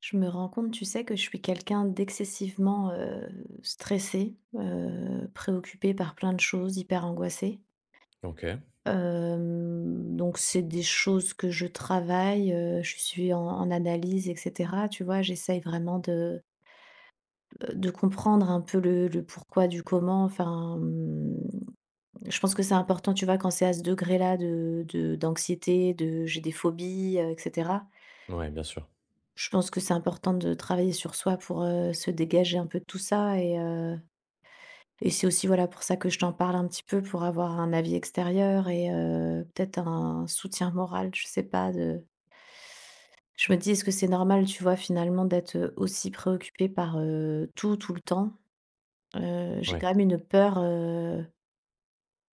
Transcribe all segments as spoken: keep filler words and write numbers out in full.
Je me rends compte, tu sais, que je suis quelqu'un d'excessivement, heu, stressé, heu, préoccupé par plein de choses, hyper angoissé. OK. Donc c'est des choses que je travaille, heu, je suis en en analyse, et cetera, tu vois? J'essaye vraiment de, de comprendre un peu le le pourquoi du comment, enfin, mmh, je pense que c'est important, tu vois, quand c'est à ce degré-là de de d'anxiété, de j'ai des phobies, heu, et Ouais, bien sûr. je pense que c'est important de travailler sur soi pour, heu, se dégager un peu de tout ça, et heu et c'est aussi, voilà, pour ça que je t'en parle un petit peu, pour avoir un avis extérieur et, heu, peut-être un soutien moral, je sais pas, de je me dis: «Est-ce que c'est normal?» Tu vois, finalement, d'être, euh, aussi préoccupée par, heu, tout, tout le temps? Heu, j'ai Ouais, quand même une peur, heu,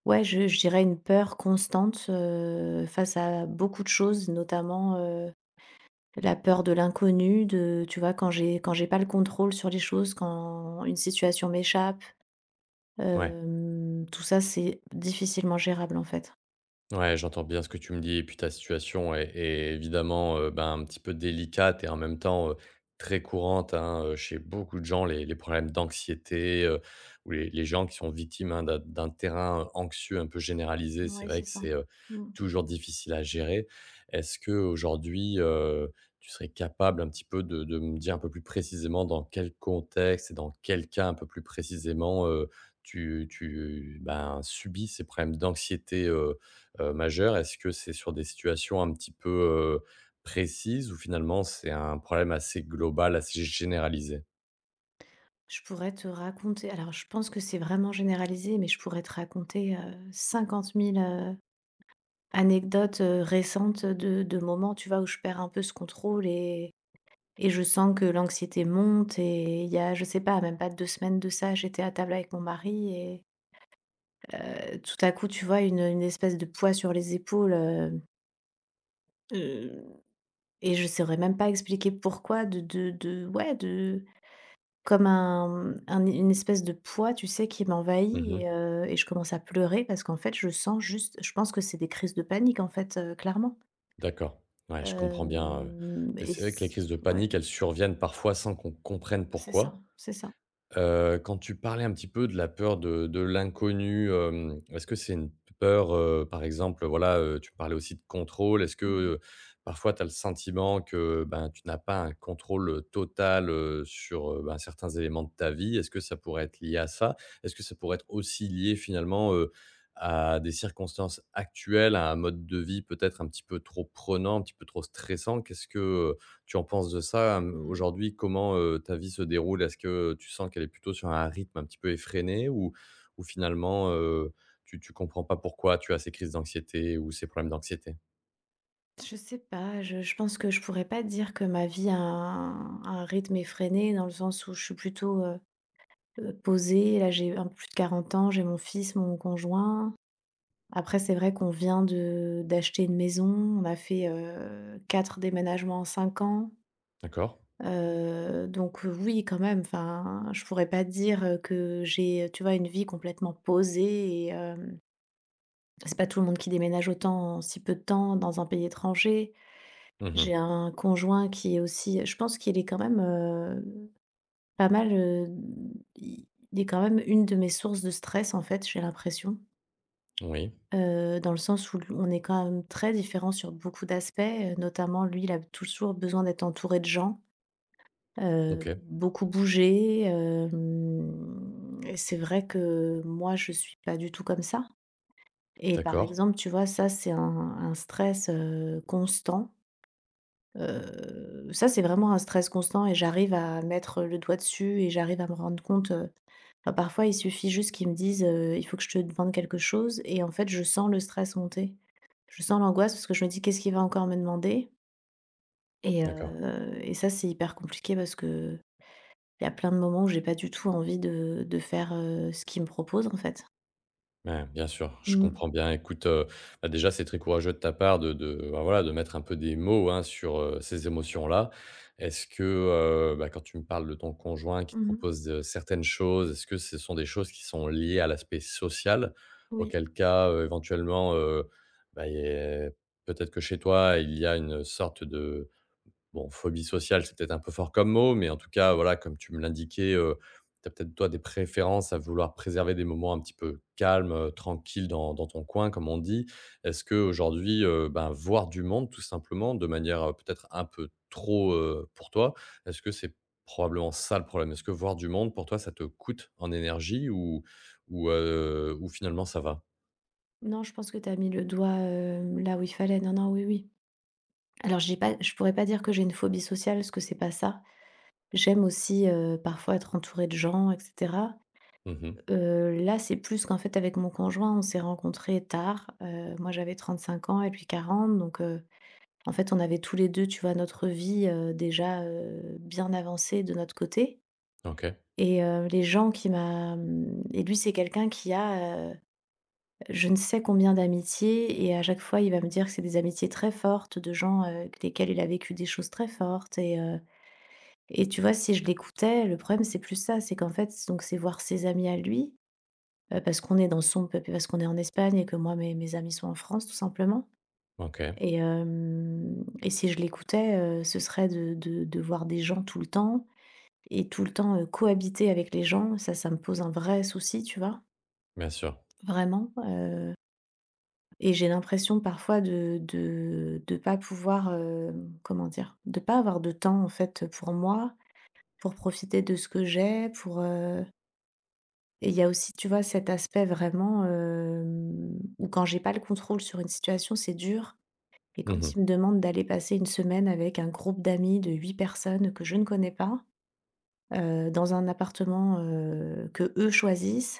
ouais, je je dirais une peur constante, heu, face à beaucoup de choses, notamment, heu la peur de l'inconnu, de tu vois, quand j'ai quand j'ai pas le contrôle sur les choses, quand une situation m'échappe, ouais. hem, tout ça, c'est difficilement gérable, en fait. Ouais, j'entends bien ce que tu me dis et puis ta situation est est évidemment, heu, ben, un petit peu délicate et en même temps, heu, très courante, hein, heu, chez beaucoup de gens, les les problèmes d'anxiété, heu, ou les les gens qui sont victimes, hein, d'un d'un terrain anxieux un peu généralisé. C'est Ouais, c'est vrai que ça. c'est, heu, Mmh. toujours difficile à gérer. Est-ce qu'aujourd'hui, heu, tu serais capable un petit peu de de me dire un peu plus précisément dans quel contexte et dans quel cas un peu plus précisément, heu, tu tu, ben, subis ces problèmes d'anxiété, heu, heu, majeurs? Est-ce que c'est sur des situations un petit peu, heu, précises, ou finalement c'est un problème assez global, assez généralisé? Je pourrais te raconter, alors je pense que c'est vraiment généralisé, mais je pourrais te raconter, heu, cinquante mille, heu, anecdotes, heu, récentes de de moments, tu vois, où je perds un peu ce contrôle, et et je sens que l'anxiété monte, et il y a, je sais pas, même pas deux semaines de ça, j'étais à table avec mon mari et, heu, tout à coup, tu vois, une, une espèce de poids sur les épaules, heu heu, et je saurais même pas expliquer pourquoi de de de ouais, de comme un, mmh, un une espèce de poids, tu sais, qui m'envahit, Mmh. et heu, et je commence à pleurer parce qu'en fait, je sens juste je pense que c'est des crises de panique, en fait, heu, clairement. D'accord. Ouais, je comprends bien, heu Hem, et et c'est vrai que les c crises de Ouais, panique, elles surviennent parfois sans qu'on comprenne c'est ça, pourquoi. c'est ça. Heu, quand tu parlais un petit peu de la peur de de l'inconnu, hem, est-ce que c'est une peur, heu, par exemple, voilà, heu, tu parlais aussi de contrôle. Est-ce que, Mmh mh. heu, parfois tu as le sentiment que, ben, tu n'as pas un contrôle total, heu, sur, heu, ben, certains éléments de ta vie? Est-ce que ça pourrait être lié à ça? Est-ce que ça pourrait être aussi lié finalement, heu, à des circonstances actuelles, à un mode de vie peut-être un petit peu trop prenant, un petit peu trop stressant? Qu'est-ce que, euh, tu en penses de ça, hem, Mmh. aujourd'hui? Comment, heu, ta vie se déroule? Est-ce que tu sens qu'elle est plutôt sur un rythme un petit peu effréné, ou ou finalement, heu, tu tu comprends pas pourquoi tu as ces crises d'anxiété ou ces problèmes d'anxiété? Je sais pas, je je pense que je pourrais pas dire que ma vie a un un rythme effréné, dans le sens où je suis plutôt, euh, Heu, posée, là, j'ai un peu plus de quarante ans, j'ai mon fils, mon conjoint. Après, c'est vrai qu'on vient de d'acheter une maison. On a fait, heu, quatre déménagements en cinq ans. D'accord. Heu, donc euh, oui, quand même, enfin, je pourrais pas dire, heu, que j'ai, tu vois, une vie complètement posée, et hem, c'est pas tout le monde qui déménage autant en si peu de temps dans un pays étranger. Mmh. J'ai un conjoint qui est aussi, je pense qu'il est quand même, euh, pas mal, heu, il il est quand même une de mes sources de stress, en fait, j'ai l'impression, Oui. heu, dans le sens où on est quand même très différents sur beaucoup d'aspects, heu, notamment lui, il a toujours besoin d'être entouré de gens, heu, OK. beaucoup bouger, hem et c'est vrai que moi, je suis pas du tout comme ça, et par D'accord. exemple, tu vois, ça, c'est un un stress, heu, constant, heu, ça, c'est vraiment un stress constant, et j'arrive à mettre le doigt dessus, et j'arrive à me rendre compte. Bah, parfois, il suffit juste qu'ils me disent, heu: «Il faut que je te demande quelque chose», et en fait, je sens le stress monter. Je sens l'angoisse parce que je me dis: «Qu'est-ce qu'il va encore me demander?» et D'accord. heu et ça, c'est hyper compliqué parce que il y a plein de moments où j'ai pas du tout envie de de faire, heu, ce qu'ils me proposent, en fait. Ouais, bien sûr, je Mmh. comprends bien. Écoute, heu, bah, déjà, c'est très courageux de ta part de de, bah, voilà, de mettre un peu des mots, hein, sur, heu, ces émotions-là. Est-ce que, heu, bah, quand tu me parles de ton conjoint qui te Mmh. propose, heu, certaines choses, est-ce que ce sont des choses qui sont liées à l'aspect social? Oui. Auquel cas, heu, éventuellement, heu, bah, il y a peut-être que chez toi, il y a une sorte de… Bon, phobie sociale, c'est peut-être un peu fort comme mot, mais en tout cas, voilà, comme tu me l'indiquais, heu, tu as peut-être toi des préférences à vouloir préserver des moments un petit peu calmes, heu, tranquilles dans dans ton coin, comme on dit. Est-ce qu'aujourd'hui, heu, ben, voir du monde tout simplement de manière, heu, peut-être un peu trop, heu, pour toi, est-ce que c'est probablement ça le problème? Est-ce que voir du monde pour toi, ça te coûte en énergie ou ou, heu, ou finalement ça va? Non, je pense que tu as mis le doigt, heu, là où il fallait. Non, non, oui, oui. Alors j'ai pas, je pourrais pas dire que j'ai une phobie sociale parce que c'est pas ça. J'aime aussi, heu, parfois être entourée de gens, et cetera. Mmh. Heu, là, c'est plus qu'en fait, avec mon conjoint, on s'est rencontrés tard. Heu, moi, j'avais trente-cinq ans et lui quarante, donc, heu, en fait, on avait tous les deux, tu vois, notre vie, heu, déjà, heu, bien avancée de notre côté, OK, et heu, les gens qui m'a, mmh et lui, c'est quelqu'un qui a, heu, je ne sais combien d'amitiés, et à chaque fois, il va me dire que c'est des amitiés très fortes, de gens, heu, avec lesquels il a vécu des choses très fortes, et heu et tu vois, si je l'écoutais, le problème, c'est plus ça, c'est qu'en fait, donc c'est voir ses amis à lui, heu, parce qu'on est dans son p parce qu'on est en Espagne, et que moi, mes mes amis sont en France, tout simplement, OK, et hem et si je l'écoutais, heu, ce serait de de de voir des gens tout le temps, et tout le temps, heu, cohabiter avec les gens. Ça, ça me pose un vrai souci, tu vois? bien sûr. Vraiment, heu et j'ai l'impression parfois de de de pas pouvoir, hem, comment dire? De pas avoir de temps, en fait, pour moi, pour profiter de ce que j'ai, pour, heu et il y a aussi, tu vois, cet aspect vraiment, hem, où quand j'ai pas le contrôle sur une situation, c'est dur, et quand Mmh. ils me demandent d'aller passer une semaine avec un groupe d'amis de huit personnes que je ne connais pas, heu, dans un appartement, euh, que eux choisissent,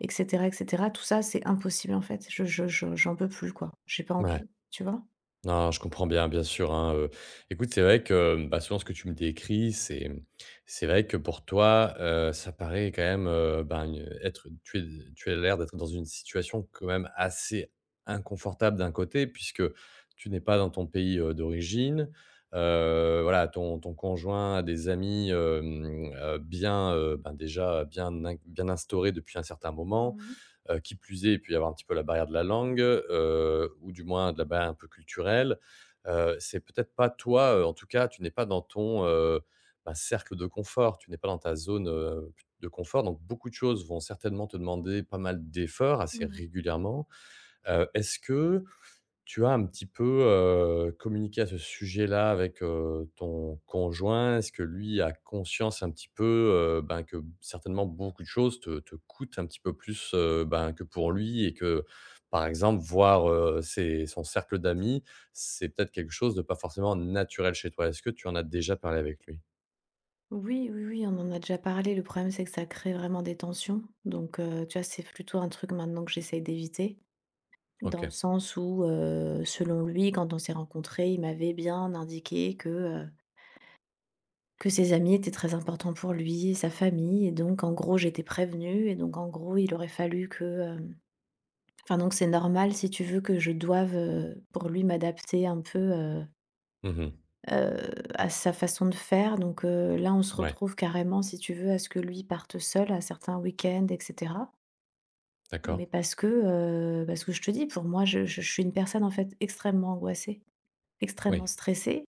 et cetera, et cetera, tout ça, c'est impossible, en fait. Je je je j'en peux plus, quoi. J'ai pas Ouais. envie, tu vois? Non, je comprends bien, bien sûr, hein, heu. Écoute, c'est vrai que, mmh, bah, selon ce que tu me décris, c'est mmh, c'est vrai que pour toi, heu, ça paraît quand même, heu, ben, une être tu es tu as l'air d'être dans une situation quand même assez inconfortable d'un côté, puisque tu n'es pas dans ton pays, heu, d'origine. Heu, voilà, ton ton conjoint a des amis, hem, heu, bien, heu, ben, déjà bien in bien instaurés depuis un certain moment. Mmh mh. Heu, qui plus est, il peut y avoir un petit peu la barrière de la langue, heu, ou du moins de la barrière un peu culturelle. Heu, c'est peut-être pas toi, heu, en tout cas, tu n'es pas dans ton, heu, bah, cercle de confort, tu n'es pas dans ta zone, heu, de confort, donc beaucoup de choses vont certainement te demander pas mal d'efforts assez Mmh. régulièrement. Heu, est-ce que tu as un petit peu, heu, communiqué à ce sujet-là avec, heu, ton conjoint? Est-ce que lui a conscience un petit peu, heu, ben, que certainement beaucoup de choses te te coûtent un petit peu plus, heu, ben, que pour lui, et que, par exemple, voir, heu, ses son cercle d'amis, c'est peut-être quelque chose de pas forcément naturel chez toi? Est-ce que tu en as déjà parlé avec lui? Oui, oui, oui, on en a déjà parlé. Le problème, c'est que ça crée vraiment des tensions, donc, heu, tu vois, c'est plutôt un truc maintenant que j'essaye d'éviter. Dans le OK. sens où, heu, selon lui, quand on s'est rencontrés, il m'avait bien indiqué que, heu, que ses amis étaient très importants pour lui et sa famille, et donc en gros, j'étais prévenue, et donc en gros, il aurait fallu que, hem enfin donc c'est normal, si tu veux, que je doive, heu, pour lui, m'adapter un peu, heu Mmh. heu, à sa façon de faire, donc, heu, là, on se Ouais, retrouve carrément, si tu veux, à ce que lui parte seul à certains week-ends, et cetera. d'accord. Mais parce que, heu, parce que je te dis, pour moi, je je je suis une personne, en fait, extrêmement angoissée. Extrêmement Oui. stressée.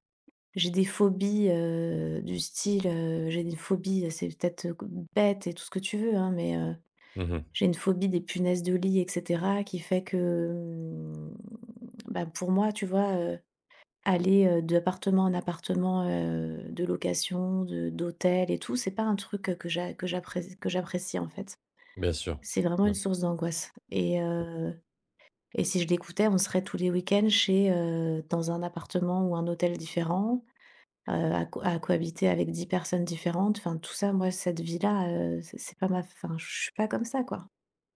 J'ai des phobies, heu, du style, heu, j'ai des phobies, c'est peut-être, heu, bête et tout ce que tu veux, hein, mais, heu, Mmh. j'ai une phobie des punaises de lit, et cetera, qui fait que, hem, bah, pour moi, tu vois, heu, aller, heu, d'appartement en appartement, heu, de location, de d'hôtel et tout, c'est pas un truc, heu, que j'a que j'appré que j'apprécie, en fait. Bien sûr. C'est vraiment Mmh. une source d'angoisse, et heu et si je l'écoutais, on serait tous les week-ends chez, heu, dans un appartement ou un hôtel différent, heu, à co à cohabiter avec dix personnes différentes. Enfin tout ça, moi, cette vie-là, heu, c'est c'est pas ma, enfin, je suis pas comme ça, quoi.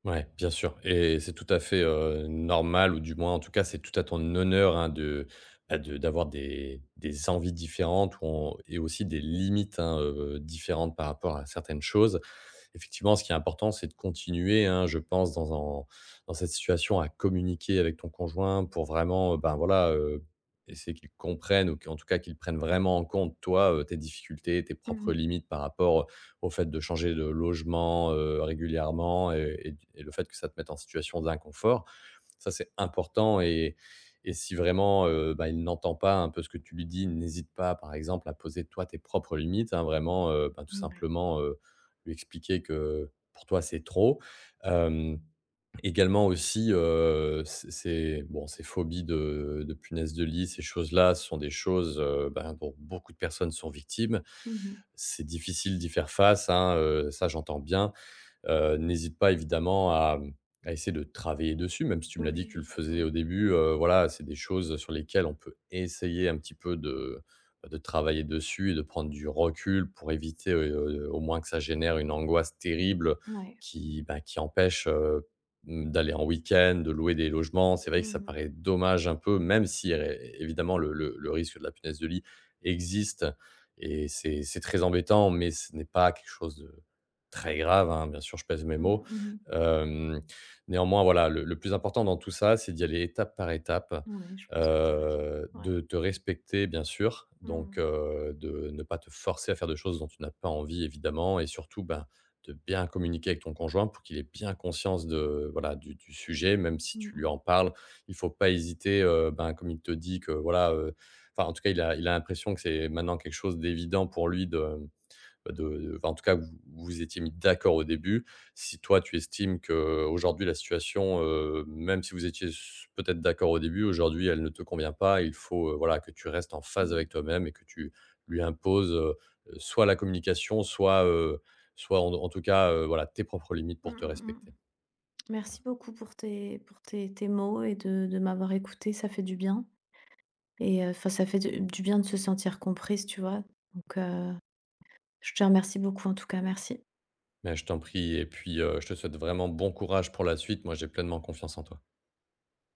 Ouais, bien sûr, et c'est tout à fait, heu, normal, ou du moins, en tout cas, c'est tout à ton honneur, hein, de, bah, de d'avoir des des envies différentes, ou en et aussi des limites, hein, heu, différentes par rapport à certaines choses. Effectivement, ce qui est important, c'est de continuer, hein, je pense, dans, en- dans cette situation, à communiquer avec ton conjoint pour vraiment, euh, ben voilà, euh, essayer qu'il comprenne ou qu'en tout cas qu'il prenne vraiment en compte, toi, euh, tes difficultés, tes propres Mmh. limites par rapport euh, au fait de changer de logement euh, régulièrement, et, et- et le fait que ça te mette en situation d'inconfort. Ça, c'est important, et et si vraiment, heu, bah, il n'entend pas un peu ce que tu lui dis, n'hésite pas, par exemple, à poser toi tes propres limites, hein, vraiment, heu, ben, tout Ouais. simplement, heu, lui expliquer que pour toi, c'est trop. Hem, également aussi, heu, ces ces bon, ces phobies de de punaises de lit, ces choses-là, ce sont des choses, heu, ben, dont beaucoup de personnes sont victimes. Mmh. C'est difficile d'y faire face, hein, heu, ça, j'entends bien. Heu, n'hésite pas évidemment à, mmh, à essayer de travailler dessus, même si tu me l'as dit Oui, que tu le oui, faisais au oui, début, oui. heu, voilà, c'est des choses sur lesquelles on peut essayer un petit peu de, bah, de travailler dessus et de prendre du recul pour éviter, heu, au moins que ça génère une angoisse terrible Ouais. qui, bah, qui empêche, heu, mmh, d'aller en week-end, de louer des logements. C'est vrai que Mmh ça mh. paraît dommage un peu, même si ré évidemment le le le risque de la punaise de lit existe et c'est c'est très embêtant, mais ce n'est pas quelque chose de très grave, hein, bien sûr, je pèse mes Mmh mots. mmh. Hem, néanmoins, voilà, le le plus important dans tout ça, c'est d'y aller étape par étape, Ouais, je pense que tu as raison. heu, Ouais. de te respecter, bien sûr, Mmh donc mh. heu, de ne pas te forcer à faire de choses dont tu n'as pas envie, évidemment, et surtout, ben, de bien communiquer avec ton conjoint pour qu'il ait bien conscience de, voilà, du du sujet, même si Mmh tu lui mh. en parles. Il faut pas hésiter, heu, ben, comme il te dit que, voilà, heu, enfin, en tout cas, il a il a l'impression que c'est maintenant quelque chose d'évident pour lui de de de enfin, en tout cas, vous vous étiez mis d'accord au début. Si toi, tu estimes que aujourd'hui la situation, heu, même si vous étiez s peut-être d'accord au début, aujourd'hui elle ne te convient pas, il faut, heu, voilà, que tu restes en phase Mmh. avec toi-même et que tu lui imposes, heu, soit la communication, soit, heu, soit en en tout cas, heu, voilà, tes propres limites Mmh pour te mmh. respecter. Merci beaucoup pour tes pour tes tes mots et de de m'avoir écoutée, ça fait du bien, et euh, enfin, ça fait de du bien de se sentir comprise, tu vois? Donc, heu, je te remercie beaucoup en tout cas. Merci. Mais je t'en prie, et puis, heu, je te souhaite vraiment bon courage pour la suite. Moi, j'ai pleinement confiance en toi.